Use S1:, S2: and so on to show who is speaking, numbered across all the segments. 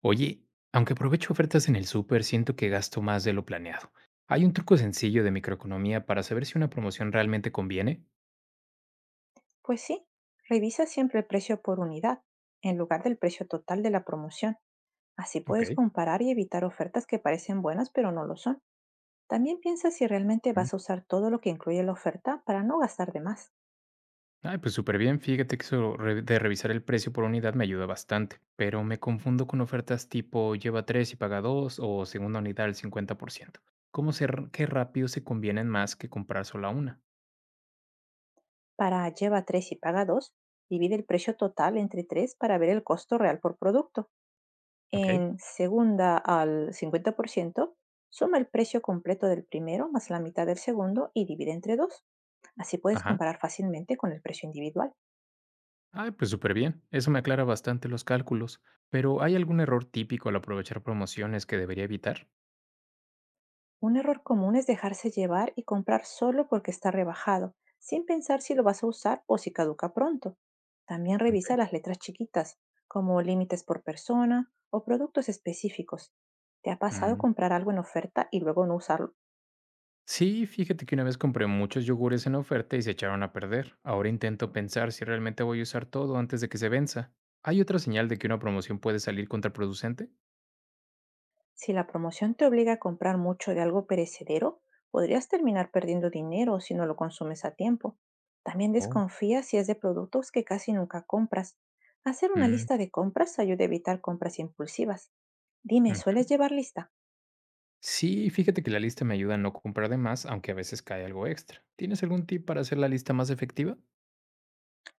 S1: Oye, aunque aprovecho ofertas en el súper, siento que gasto más de lo planeado. ¿Hay un truco sencillo de microeconomía para saber si una promoción realmente conviene?
S2: Pues sí, revisa siempre el precio por unidad, en lugar del precio total de la promoción. Así
S1: Ok.
S2: puedes comparar y evitar ofertas que parecen buenas pero no lo son. También piensa si realmente
S1: Mm.
S2: vas a usar todo lo que incluye la oferta para no gastar de más.
S1: Ay, pues súper bien. Fíjate que de revisar el precio por unidad me ayuda bastante, pero me confundo con ofertas tipo lleva 3 y paga 2 o segunda unidad al 50%. ¿Cómo qué rápido se convienen más que comprar sola una?
S2: Para lleva 3 y paga 2, divide el precio total entre 3 para ver el costo real por producto.
S1: ¿Ok?
S2: En segunda al 50%, suma el precio completo del primero más la mitad del segundo y divide entre 2. Así puedes
S1: Ajá.
S2: comparar fácilmente con el precio individual.
S1: Ay, pues súper bien. Eso me aclara bastante los cálculos. Pero ¿hay algún error típico al aprovechar promociones que debería evitar?
S2: Un error común es dejarse llevar y comprar solo porque está rebajado, sin pensar si lo vas a usar o si caduca pronto. También
S1: Okey.
S2: revisa las letras chiquitas, como límites por persona o productos específicos. ¿Te ha pasado
S1: Mm.
S2: comprar algo en oferta y luego no usarlo?
S1: Sí, fíjate que una vez compré muchos yogures en oferta y se echaron a perder. Ahora intento pensar si realmente voy a usar todo antes de que se venza. ¿Hay otra señal de que una promoción puede salir contraproducente?
S2: Si la promoción te obliga a comprar mucho de algo perecedero, podrías terminar perdiendo dinero si no lo consumes a tiempo. También
S1: Oh.
S2: desconfía si es de productos que casi nunca compras. Hacer una
S1: Mm.
S2: lista de compras ayuda a evitar compras impulsivas. Dime,
S1: Ujú.
S2: ¿sueles llevar lista?
S1: Sí, fíjate que la lista me ayuda a no comprar de más, aunque a veces cae algo extra. ¿Tienes algún tip para hacer la lista más efectiva?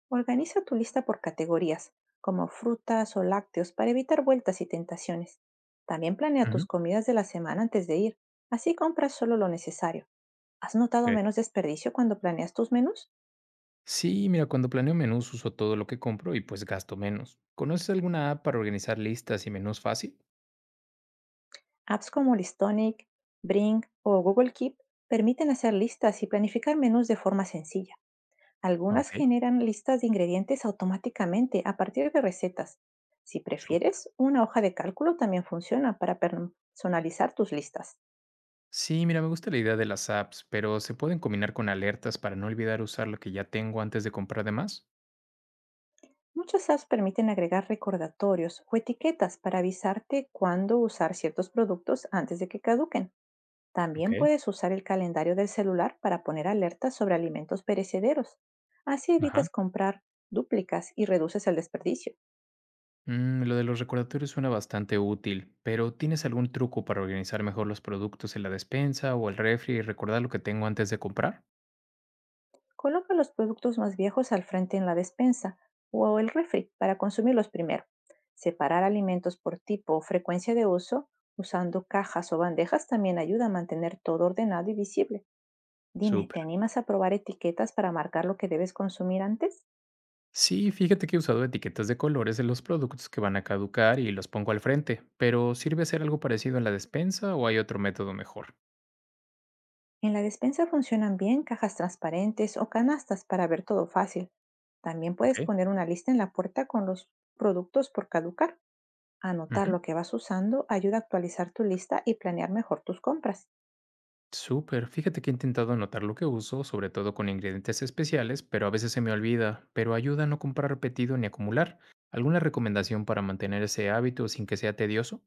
S2: Organiza tu lista por categorías, como frutas o lácteos, para evitar vueltas y tentaciones. También planea tus
S1: Ujú.
S2: comidas de la semana antes de ir. Así compras solo lo necesario. ¿Has notado
S1: Okey.
S2: menos desperdicio cuando planeas tus menús?
S1: Sí, mira, cuando planeo menús uso todo lo que compro y pues gasto menos. ¿Conoces alguna app para organizar listas y menús fácil?
S2: Apps como Listonic, Bring o Google Keep permiten hacer listas y planificar menús de forma sencilla. Algunas
S1: Okey.
S2: generan listas de ingredientes automáticamente a partir de recetas. Si prefieres, una hoja de cálculo también funciona para personalizar tus listas.
S1: Sí, mira, me gusta la idea de las apps, pero ¿se pueden combinar con alertas para no olvidar usar lo que ya tengo antes de comprar de más?
S2: Muchas apps permiten agregar recordatorios o etiquetas para avisarte cuándo usar ciertos productos antes de que caduquen.
S1: Ok.
S2: También puedes usar el calendario del celular para poner alertas sobre alimentos perecederos. Así
S1: Ajá.
S2: evitas comprar dúplicas y reduces el desperdicio.
S1: Mm, lo de los recordatorios suena bastante útil, pero ¿tienes algún truco para organizar mejor los productos en la despensa o el refri y recordar lo que tengo antes de comprar?
S2: Coloca los productos más viejos al frente en la despensa o el refri para consumirlos primero. Separar alimentos por tipo o frecuencia de uso usando cajas o bandejas también ayuda a mantener todo ordenado y visible. Dime,
S1: Súper.
S2: ¿te animas a probar etiquetas para marcar lo que debes consumir antes?
S1: Sí, fíjate que he usado etiquetas de colores en los productos que van a caducar y los pongo al frente, pero ¿sirve hacer algo parecido en la despensa o hay otro método mejor?
S2: En la despensa funcionan bien cajas transparentes o canastas para ver todo fácil. También
S1: Ok.
S2: puedes poner una lista en la puerta con los productos por caducar. Anotar
S1: Ujú.
S2: lo que vas usando ayuda a actualizar tu lista y planear mejor tus compras.
S1: Súper, fíjate que he intentado anotar lo que uso, sobre todo con ingredientes especiales, pero a veces se me olvida, pero ayuda a no comprar repetido ni acumular. ¿Alguna recomendación para mantener ese hábito sin que sea tedioso?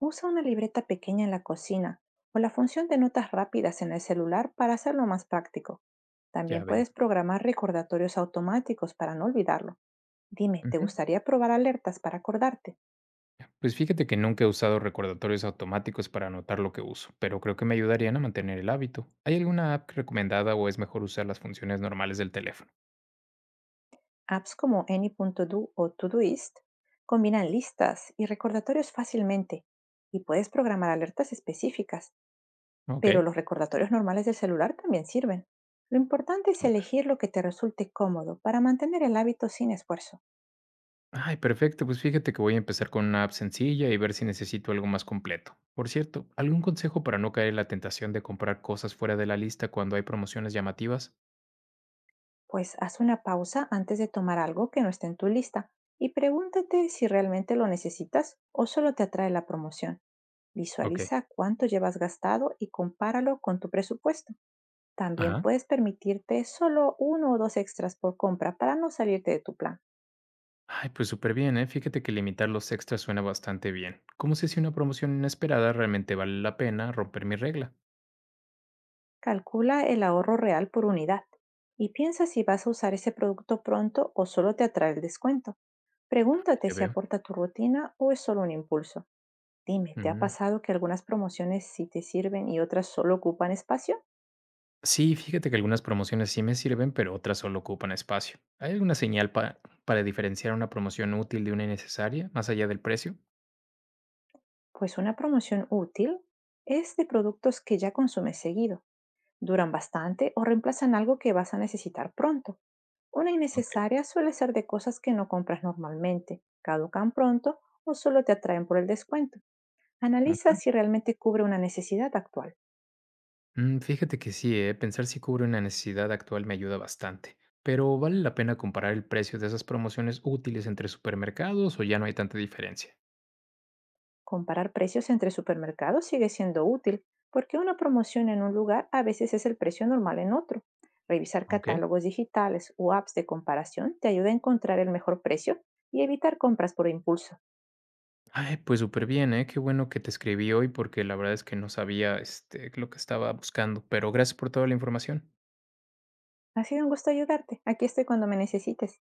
S2: Usa una libreta pequeña en la cocina o la función de notas rápidas en el celular para hacerlo más práctico.
S1: Ya
S2: También
S1: veo.
S2: puedes programar recordatorios automáticos para no olvidarlo. Dime, ¿te
S1: Ujú.
S2: gustaría probar alertas para acordarte?
S1: Pues fíjate que nunca he usado recordatorios automáticos para anotar lo que uso, pero creo que me ayudarían a mantener el hábito. ¿Hay alguna app recomendada o es mejor usar las funciones normales del teléfono?
S2: Apps como Any.do o Todoist combinan listas y recordatorios fácilmente y puedes programar alertas específicas,
S1: Ok.
S2: pero los recordatorios normales del celular también sirven. Lo importante es
S1: Súper.
S2: elegir lo que te resulte cómodo para mantener el hábito sin esfuerzo.
S1: Ay, perfecto. Pues fíjate que voy a empezar con una app sencilla y ver si necesito algo más completo. Por cierto, ¿algún consejo para no caer en la tentación de comprar cosas fuera de la lista cuando hay promociones llamativas?
S2: Pues haz una pausa antes de tomar algo que no esté en tu lista y pregúntate si realmente lo necesitas o solo te atrae la promoción.
S1: Ok.
S2: Visualiza cuánto llevas gastado y compáralo con tu presupuesto. También
S1: Ajá.
S2: puedes permitirte solo uno o dos extras por compra para no salirte de tu plan.
S1: Ay, pues súper bien, ¿eh? Fíjate que limitar los extras suena bastante bien. ¿Cómo sé si una promoción inesperada realmente vale la pena romper mi regla?
S2: Calcula el ahorro real por unidad y piensa si vas a usar ese producto pronto o solo te atrae el descuento. Pregúntate
S1: Ya
S2: si
S1: veo.
S2: aporta a tu rutina o es solo un impulso. Dime, ¿te ha
S1: Ujú.
S2: pasado que algunas promociones sí te sirven y otras solo ocupan espacio?
S1: Sí, fíjate que algunas promociones sí me sirven, pero otras solo ocupan espacio. ¿Hay alguna señal para diferenciar una promoción útil de una innecesaria, más allá del precio?
S2: Pues una promoción útil es de productos que ya consumes seguido, duran bastante o reemplazan algo que vas a necesitar pronto. Una innecesaria suele ser de cosas que no compras normalmente, caducan pronto o solo te atraen por el descuento. Analiza si
S1: Ok.
S2: realmente cubre una necesidad actual.
S1: Mm, fíjate que sí, pensar si cubre una necesidad actual me ayuda bastante, pero ¿vale la pena comparar el precio de esas promociones útiles entre supermercados o ya no hay tanta diferencia?
S2: Comparar precios entre supermercados sigue siendo útil porque una promoción en un lugar a veces es el precio normal en otro. Revisar
S1: Ok.
S2: catálogos digitales o apps de comparación te ayuda a encontrar el mejor precio y evitar compras por impulso.
S1: Ay, pues súper bien, ¿eh? Qué bueno que te escribí hoy porque la verdad es que no sabía lo que estaba buscando, pero gracias por toda la información.
S2: Ha sido un gusto ayudarte. Aquí estoy cuando me necesites.